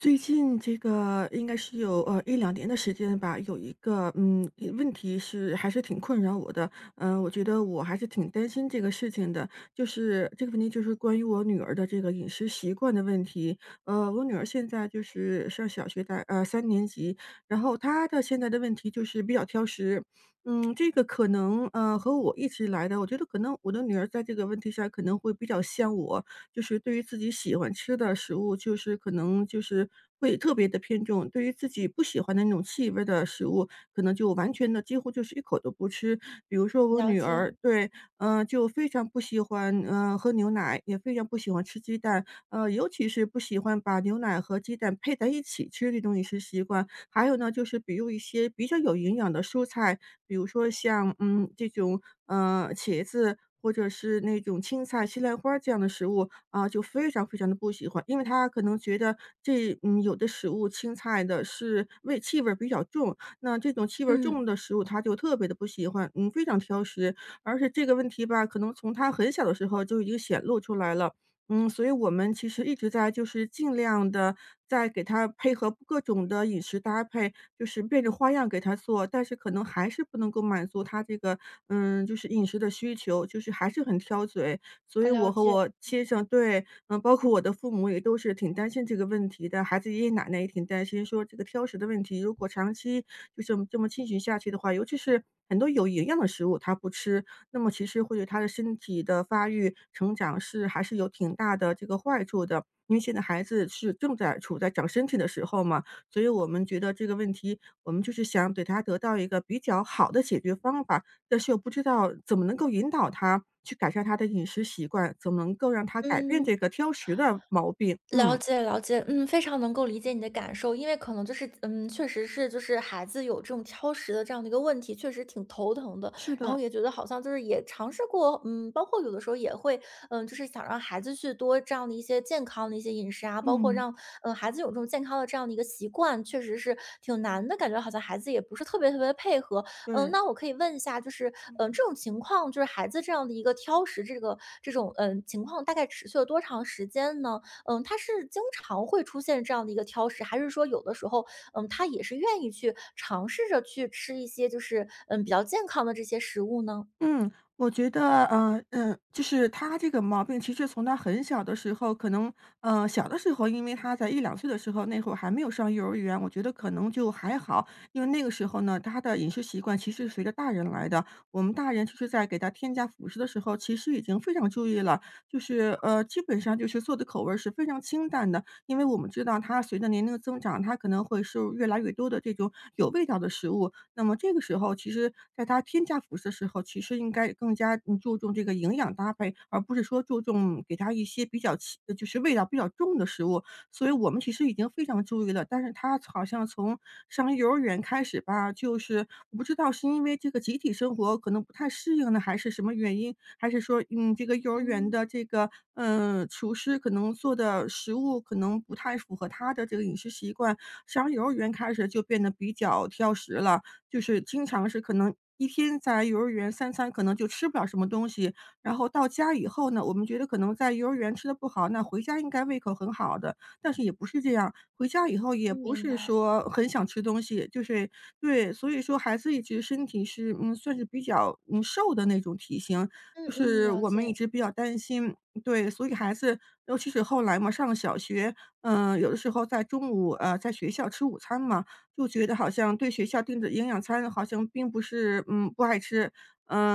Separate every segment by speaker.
Speaker 1: 最近这个应该是有一两年的时间吧，有一个问题是还是挺困扰我的，我觉得我还是挺担心这个事情的，就是这个问题就是关于我女儿的这个饮食习惯的问题。我女儿现在就是上小学的三年级，然后她的现在的问题就是比较挑食，嗯，这个可能和我一直以来的，我觉得可能我的女儿在这个问题上可能会比较像我，就是对于自己喜欢吃的食物，就是可能会特别的偏重，对于自己不喜欢的那种气味儿的食物，可能就完全的几乎就是一口都不吃。比如说我
Speaker 2: 了
Speaker 1: 女
Speaker 2: 解，
Speaker 1: 儿，对，嗯，就非常不喜欢，嗯，喝牛奶，也非常不喜欢吃鸡蛋，尤其是不喜欢把牛奶和鸡蛋配在一起吃这种饮食习惯。还有呢，就是比如一些比较有营养的蔬菜，比如说像，嗯，这种，茄子或者是那种青菜、西兰花这样的食物，啊，就非常非常的不喜欢。因为他可能觉得这有的食物青菜的是味气味儿比较重，那这种气味儿重
Speaker 2: 嗯
Speaker 1: 的食物他就特别的不喜欢，嗯，非常挑食。而且这个问题吧，可能从他很小的时候就已经显露出来了。嗯，所以我们其实一直在就是尽量的在给他配合各种的饮食搭配，就是变着花样给他做，但是可能还是不能够满足他这个，嗯，就是饮食的需求，就是还是很挑嘴。所
Speaker 2: 我
Speaker 1: 以我
Speaker 2: 了
Speaker 1: 和
Speaker 2: 解。
Speaker 1: 我先生对，嗯，包括我的父母也都是挺担心这个问题的，孩子爷爷奶奶也挺担心说这个挑食的问题，如果长期就这么进行下去的话，尤其是很多有营养的食物他不吃，那么其实会对他的身体的发育成长是还是有挺大的这个坏处的。因为现在孩子是正在处在长身体的时候嘛，所以我们觉得这个问题，我们就是想给他得到一个比较好的解决方法，但是又不知道怎么能够引导他去改善他的饮食习惯，怎么能够让他改变
Speaker 2: 嗯。
Speaker 1: 这个挑食的毛病。
Speaker 2: 了
Speaker 1: 嗯，
Speaker 2: 解了解，非常能够理解你的感受。因为可能就是，确实是就是孩子有这种挑食的这样的一个问题，确实挺头疼的。
Speaker 1: 是
Speaker 2: 然
Speaker 1: 的，
Speaker 2: 后也觉得好像就是也尝试过，包括有的时候也会，就是想让孩子去多这样的一些健康的一些饮食啊，包括
Speaker 1: 嗯，
Speaker 2: 让，孩子有这种健康的这样的一个习惯，确实是挺难的，感觉好像孩子也不是特别配合。嗯，
Speaker 1: 对。
Speaker 2: 那我可以问一下，这种情况，就是孩子这样的一个挑食这种，情况大概持续了多长时间呢？嗯，他是经常会出现这样的一个挑食，还是说有的时候，他也是愿意去尝试着去吃一些就是比较健康的这些食物呢？
Speaker 1: 嗯，我觉得，就是他这个毛病，其实从他很小的时候，可能，小的时候，因为他在一两岁的时候，那会儿还没有上幼儿园，我觉得可能就还好。因为那个时候呢，他的饮食习惯其实随着大人来的，我们大人其实在给他添加辅食的时候，其实已经非常注意了，就是，基本上就是做的口味儿是非常清淡的。因为我们知道他随着年龄的增长，他可能会摄入越来越多的这种有味道的食物，那么这个时候，其实在他添加辅食的时候，其实应该更加注重这个营养搭配，而不是说注重给他一些比较轻就是味道比较重的食物。所以我们其实已经非常注意了，但是他好像从上幼儿园开始吧，就是我不知道是因为这个集体生活可能不太适应呢，还是什么原因，还是说这个幼儿园
Speaker 2: 嗯
Speaker 1: 的这个厨师可能做的食物可能不太符合他的这个饮食习惯，上幼儿园开始就变得比较挑食了。就是经常是可能一天在幼儿园三餐可能就吃不了什么东西，然后到家以后呢，我们觉得可能在幼儿园吃的不好，那回家应该胃口很好的，但是也不是这样，回家以后也
Speaker 2: 嗯，
Speaker 1: 不
Speaker 2: 明
Speaker 1: 是
Speaker 2: 白。
Speaker 1: 说很想吃东西，就是对，所以说孩子一直身体是嗯，算是比较瘦的那种体型，就
Speaker 2: 嗯嗯，
Speaker 1: 是
Speaker 2: 了
Speaker 1: 我们一
Speaker 2: 解。
Speaker 1: 直比较担心，对，所以孩子尤其是后来嘛，上了小学，有的时候在中午在学校吃午餐嘛。就觉得好像对学校定的营养餐好像并不是嗯，不爱吃，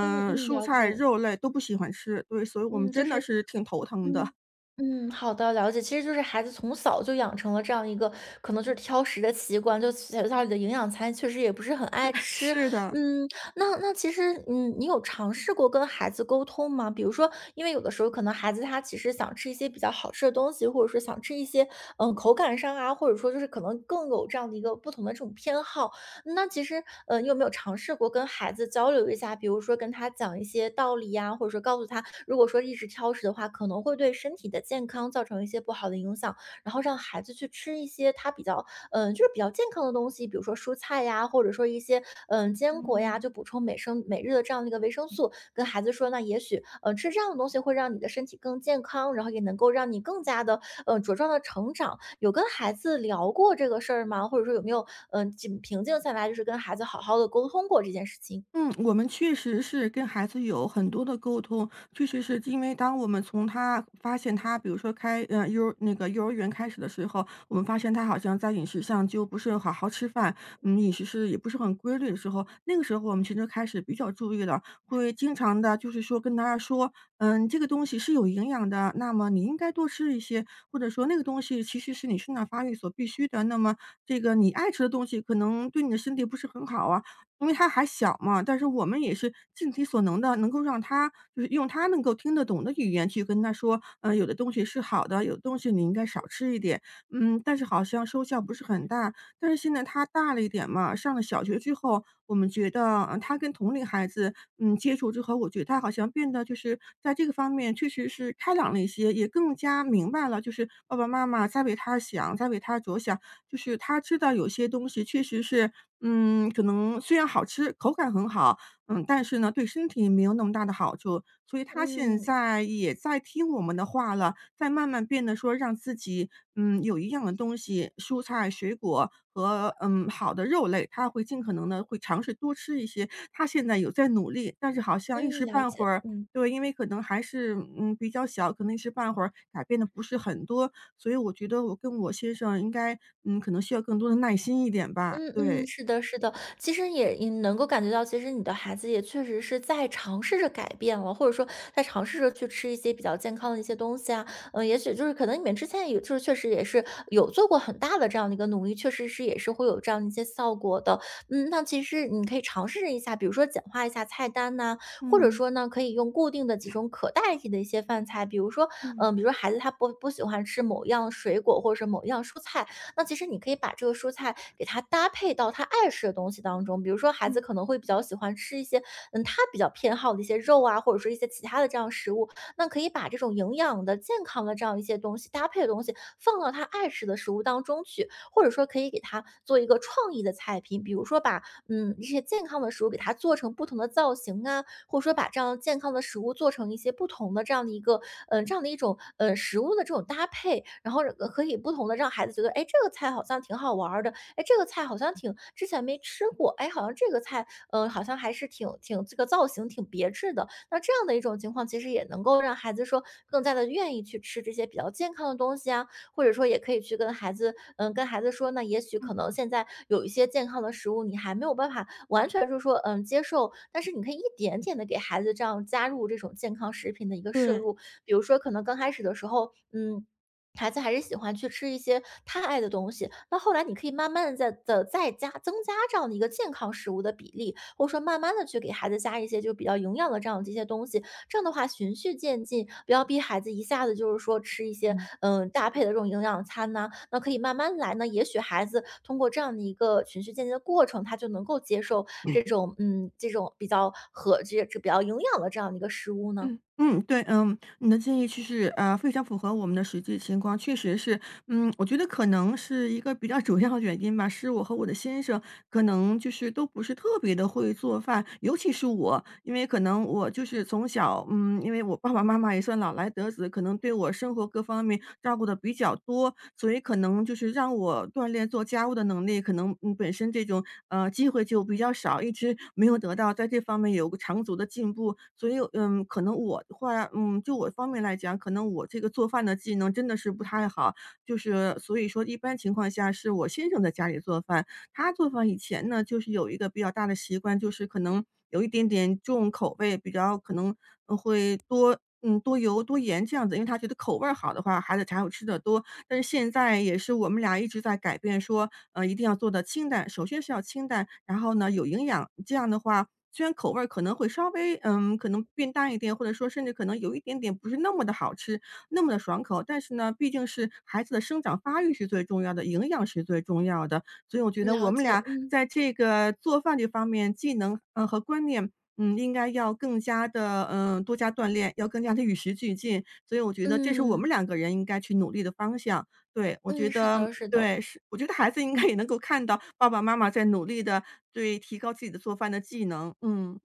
Speaker 2: 嗯嗯，
Speaker 1: 蔬
Speaker 2: 了
Speaker 1: 菜、
Speaker 2: 解。
Speaker 1: 肉类都不喜欢吃，对，所以我们
Speaker 2: 嗯，就
Speaker 1: 真的
Speaker 2: 是
Speaker 1: 是挺头疼的。
Speaker 2: 嗯，好的，了解。其实就是孩子从小就养成了这样一个可能就是挑食的习惯，就学校里的
Speaker 1: 嗯。
Speaker 2: 营养餐确实也不是很爱吃。
Speaker 1: 是的。
Speaker 2: 嗯，那其实，你有尝试过跟孩子沟通吗？比如说，因为有的时候可能孩子他其实想吃一些比较好吃的东西，或者说想吃一些口感上啊，或者说就是可能更有这样的一个不同的这种偏好。那其实，你有没有尝试过跟孩子交流一下？比如说跟他讲一些道理呀，或者说告诉他，如果说一直挑食的话，可能会对身体的健康造成一些不好的影响，然后让孩子去吃一些他比较、嗯、就是比较健康的东西，比如说蔬菜呀，或者说一些坚果呀，
Speaker 1: 嗯。
Speaker 2: 就补充每生每日的这样的一个维生素。跟孩子说呢，那也许，吃这样的东西会让你的身体更健康，然后也能够让你更加的，茁壮的成长。有跟孩子聊过这个事儿吗？或者说有没有，平静下来，就是跟孩子好好的沟通过这件事情？
Speaker 1: 嗯，我们确实是跟孩子有很多的沟通，确实是因为当我们从他发现他，比如说开幼儿那个幼儿园开始的时候，我们发现他好像在饮食上就不是好好吃饭，嗯，饮食是也不是很规律的时候，那个时候我们其实开始比较注意了，会经常的就是说跟他说，嗯，这个东西是有营养的，那么你应该多吃一些，或者说那个东西其实是你生长发育所必须的，那么这个你爱吃的东西可能对你的身体不是很好啊。因为他还小嘛，但是我们也是尽己所能的，能够让他就是用他能够听得懂的语言去跟他说，有的东西是好的，有的东西你应该少吃一点。嗯，但是好像收效不是很大。但是现在他大了一点嘛，上了小学之后，我们觉得，他跟同龄孩子，嗯，接触之后，我觉得他好像变得就是在这个方面确实是开朗了一些，也更加明白了，就是爸爸妈妈在为他想，在为他着想。就是他知道有些东西确实是，嗯，可能虽然好吃，口感很好，嗯，但是呢，对身体没有那么大的好处。所以他现
Speaker 2: 嗯，
Speaker 1: 在也在听我们的话了，在慢慢变得说让自己，嗯，有一样的东西，蔬菜、水果和，嗯，好的肉类，他会尽可能的会尝试多吃一些。他现在有在努力，但是好像一
Speaker 2: 嗯，
Speaker 1: 时
Speaker 2: 了
Speaker 1: 半
Speaker 2: 解，
Speaker 1: 会儿
Speaker 2: 嗯。
Speaker 1: 对，因为可能还是，嗯，比较小，可能一时半会儿改变的不是很多。所以我觉得我跟我先生应该，嗯，可能需要更多的耐心一点吧，
Speaker 2: 嗯嗯，
Speaker 1: 对。
Speaker 2: 是的，是的，其实也能够感觉到，其实你的孩子也确实是在尝试着改变了，或者说在尝试着去吃一些比较健康的一些东西啊。也许就是可能你们之前也就是确实也是有做过很大的这样的一个努力，确实是也是会有这样的一些效果的。那其实你可以尝试一下，比如说简化一下菜单呐、或者
Speaker 1: 嗯。
Speaker 2: 说呢可以用固定的几种可代替的一些饭菜。比如说，
Speaker 1: 嗯，
Speaker 2: 比如说孩子他不喜欢吃某样水果或者是某样蔬菜，那其实你可以把这个蔬菜给它搭配到他爱吃的东西当中。比如说孩子
Speaker 1: 嗯，
Speaker 2: 可能会比较喜欢吃一些，他比较偏好的一些肉啊，或者说一些其他的这样食物，那可以把这种营养的、健康的这样一些东西搭配的东西放到他爱吃的食物当中去，或者说可以给他做一个创意的菜品。比如说把一些健康的食物给它做成不同的造型啊，或者说把这样健康的食物做成一些不同的这样的一个，这样的一种，食物的这种搭配。然后可以不同的让孩子觉得，哎，这个菜好像挺好玩儿的，哎，这个菜好像挺之前没吃过，哎，好像这个菜，好像还是挺这个造型挺别致的。那这样的一种情况，其实也能够让孩子说更加的愿意去吃这些比较健康的东西啊。或者说也可以去跟孩子，跟孩子说那也许
Speaker 1: 嗯，
Speaker 2: 可
Speaker 1: 嗯。
Speaker 2: 能现在有一些健康的食物你还没有办法完全就说接受，但是你可以一点点的给孩子这样加入这种健康食品的一个摄
Speaker 1: 对。
Speaker 2: 入。比如说可能刚开始的时候，嗯。孩子还是喜欢去吃一些他爱的东西，那后来你可以慢慢的增加这样的一个健康食物的比例，或者说慢慢的去给孩子加一些就比较营养的这样的一些东西。这样的话循序渐进，不要逼孩子一下子就是说吃一些
Speaker 1: 嗯，
Speaker 2: 搭配的这种营养餐呐、那可以慢慢来呢。也许孩子通过这样的一个循序渐进的过程，他就能够接受
Speaker 1: 嗯。
Speaker 2: 这种这种比较和这这比较营养的这样的一个食物呢。
Speaker 1: 嗯，对，嗯，你的建议其实啊，非常符合我们的实际情况，确实是嗯，我觉得可能是一个比较主要的原因吧，是我和我的先生可能就是都不是特别的会做饭，尤其是我，因为可能我就是从小，嗯，因为我爸爸妈妈也算老来得子，可能对我生活各方面照顾的比较多，所以可能就是让我锻炼做家务的能力，可能，嗯，本身这种，机会就比较少，一直没有得到在这方面有个长足的进步。所以，嗯，可能我的话，嗯，就我方面来讲，可能我这个做饭的技能真的是不太好。就是所以说一般情况下是我先生在家里做饭。他做饭以前呢，就是有一个比较大的习惯，就是可能有一点点重口味，比较可能，会多嗯，多油、多盐这样子，因为他觉得口味儿好的话，孩子才会吃的多。但是现在也是我们俩一直在改变说，一定要做的清淡，首先是要清淡，然后呢有营养，这样的话虽然口味儿可能会稍微嗯，可能变淡一点，或者说甚至可能有一点点不是那么的好吃，那么的爽口，但是呢，毕竟是孩子的生长发育是最重要的，营养是最重要的。所以我觉得我
Speaker 2: 了
Speaker 1: 们
Speaker 2: 解，
Speaker 1: 俩
Speaker 2: 嗯。
Speaker 1: 在这个做饭这方面技能，嗯和观念，嗯，应该要更加的多加锻炼，要更加的与时俱进。所以我觉得这是我
Speaker 2: 嗯
Speaker 1: 们
Speaker 2: 嗯
Speaker 1: 两个人应该去努力的方向。对，我觉
Speaker 2: 嗯，是
Speaker 1: 得
Speaker 2: 的，是的。
Speaker 1: 对，是我觉得孩子应该也能够看到爸爸妈妈在努力的对提高自己的做饭的技能。嗯，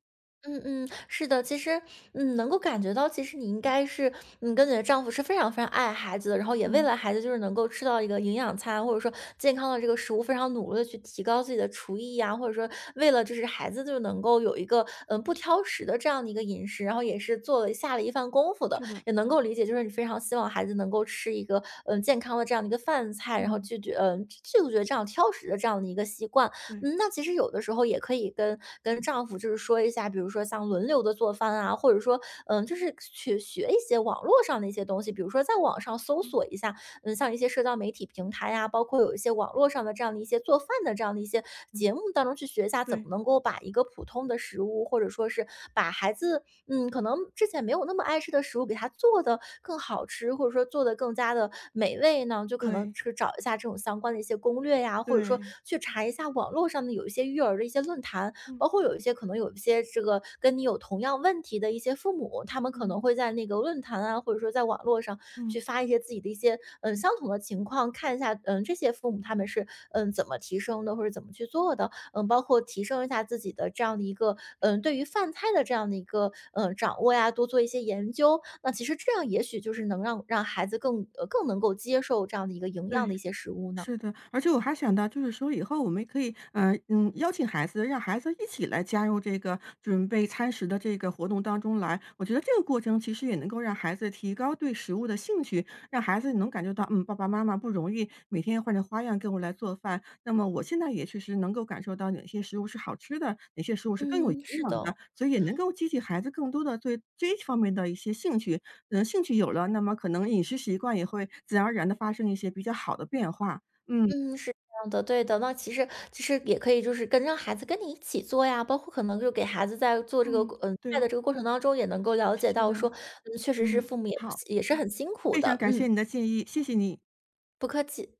Speaker 2: 嗯嗯，是的，其实，能够感觉到，其实你应该是，跟你的丈夫是非常爱孩子的，然后也为
Speaker 1: 嗯，
Speaker 2: 了孩子，就是能够吃到一个营养餐，或者说健康的这个食物，非常努力的去提高自己的厨艺呀、或者说为了就是孩子就能够有一个，不挑食的这样的一个饮食，然后也是做了下了一番功夫的，
Speaker 1: 是的，
Speaker 2: 也能够理解，就是你非常希望孩子能够吃一个，健康的这样的一个饭菜，然后
Speaker 1: 嗯，
Speaker 2: 拒绝，拒绝这样挑食的这样的一个习惯。
Speaker 1: 对，
Speaker 2: 那其实有的时候也可以跟丈夫就是说一下，比如说像轮流的做饭啊，或者说，就是去学一些网络上的一些东西，比如说在网上搜
Speaker 1: 嗯，
Speaker 2: 索一下，像一些社交媒体平台呀、包括有一些网络上的这样的一些做饭的这样的一些
Speaker 1: 嗯，
Speaker 2: 节目当中去学一下，怎么
Speaker 1: 对，
Speaker 2: 能够把一个普通的食物，或者说是把孩子可能之前没有那么爱吃的食物，给它做的更好吃，或者说做的更加的美味呢，就可能
Speaker 1: 对，
Speaker 2: 是找一下这种相关的一些攻略呀，或者说
Speaker 1: 对，
Speaker 2: 去查一下网络上的有一些育儿的一些论坛，
Speaker 1: 嗯，
Speaker 2: 包括有一些可能有一些这个跟你有同样问题的一些父母，他们可
Speaker 1: 嗯，
Speaker 2: 能会在那个论坛啊，或者说在网络上
Speaker 1: 嗯，
Speaker 2: 去发一些自己的一些，相同的情况，看一下，这些父母他们是，怎么提升的，或者怎么去做的。嗯，包括提升一下自己的这样的一个，对于饭菜的这样的一个，掌握呀，多做一些研究。那其实这样也许就是能让孩子更能够接受这样的一个营养的
Speaker 1: 对。
Speaker 2: 一些食物呢。
Speaker 1: 是的，而且我还想到，就是说以后我们可以，嗯嗯，邀请孩子，让孩子一起来加入这个准备餐食的这个活动当中来。我觉得这个过程其实也能够让孩子提高对食物的兴趣，让孩子能感觉到，嗯，爸爸妈妈不容易，每天换着花样给我来做饭。那么我现在也确实能够感受到哪些食物是好吃的，哪些食物是更有营
Speaker 2: 嗯，是
Speaker 1: 养
Speaker 2: 的。
Speaker 1: 的，所以也能够激起孩子更多的对这一方面的一些兴趣。嗯，兴趣有了，那么可能饮食习惯也会自然而然的发生一些比较好的变化。嗯
Speaker 2: 嗯，是这样的，对的。那其实也可以就是跟让孩子跟你一起做呀，包括可能就给孩子在做这个
Speaker 1: 嗯，
Speaker 2: 菜
Speaker 1: 对，
Speaker 2: 的这个过程当中，也能够了解
Speaker 1: 是
Speaker 2: 到说，
Speaker 1: 的，
Speaker 2: 确实是
Speaker 1: 嗯，
Speaker 2: 父母也
Speaker 1: 好，
Speaker 2: 不也是很辛苦
Speaker 1: 非常
Speaker 2: 的。
Speaker 1: 感谢
Speaker 2: 嗯，
Speaker 1: 你的建议，谢谢你。
Speaker 2: 不客气。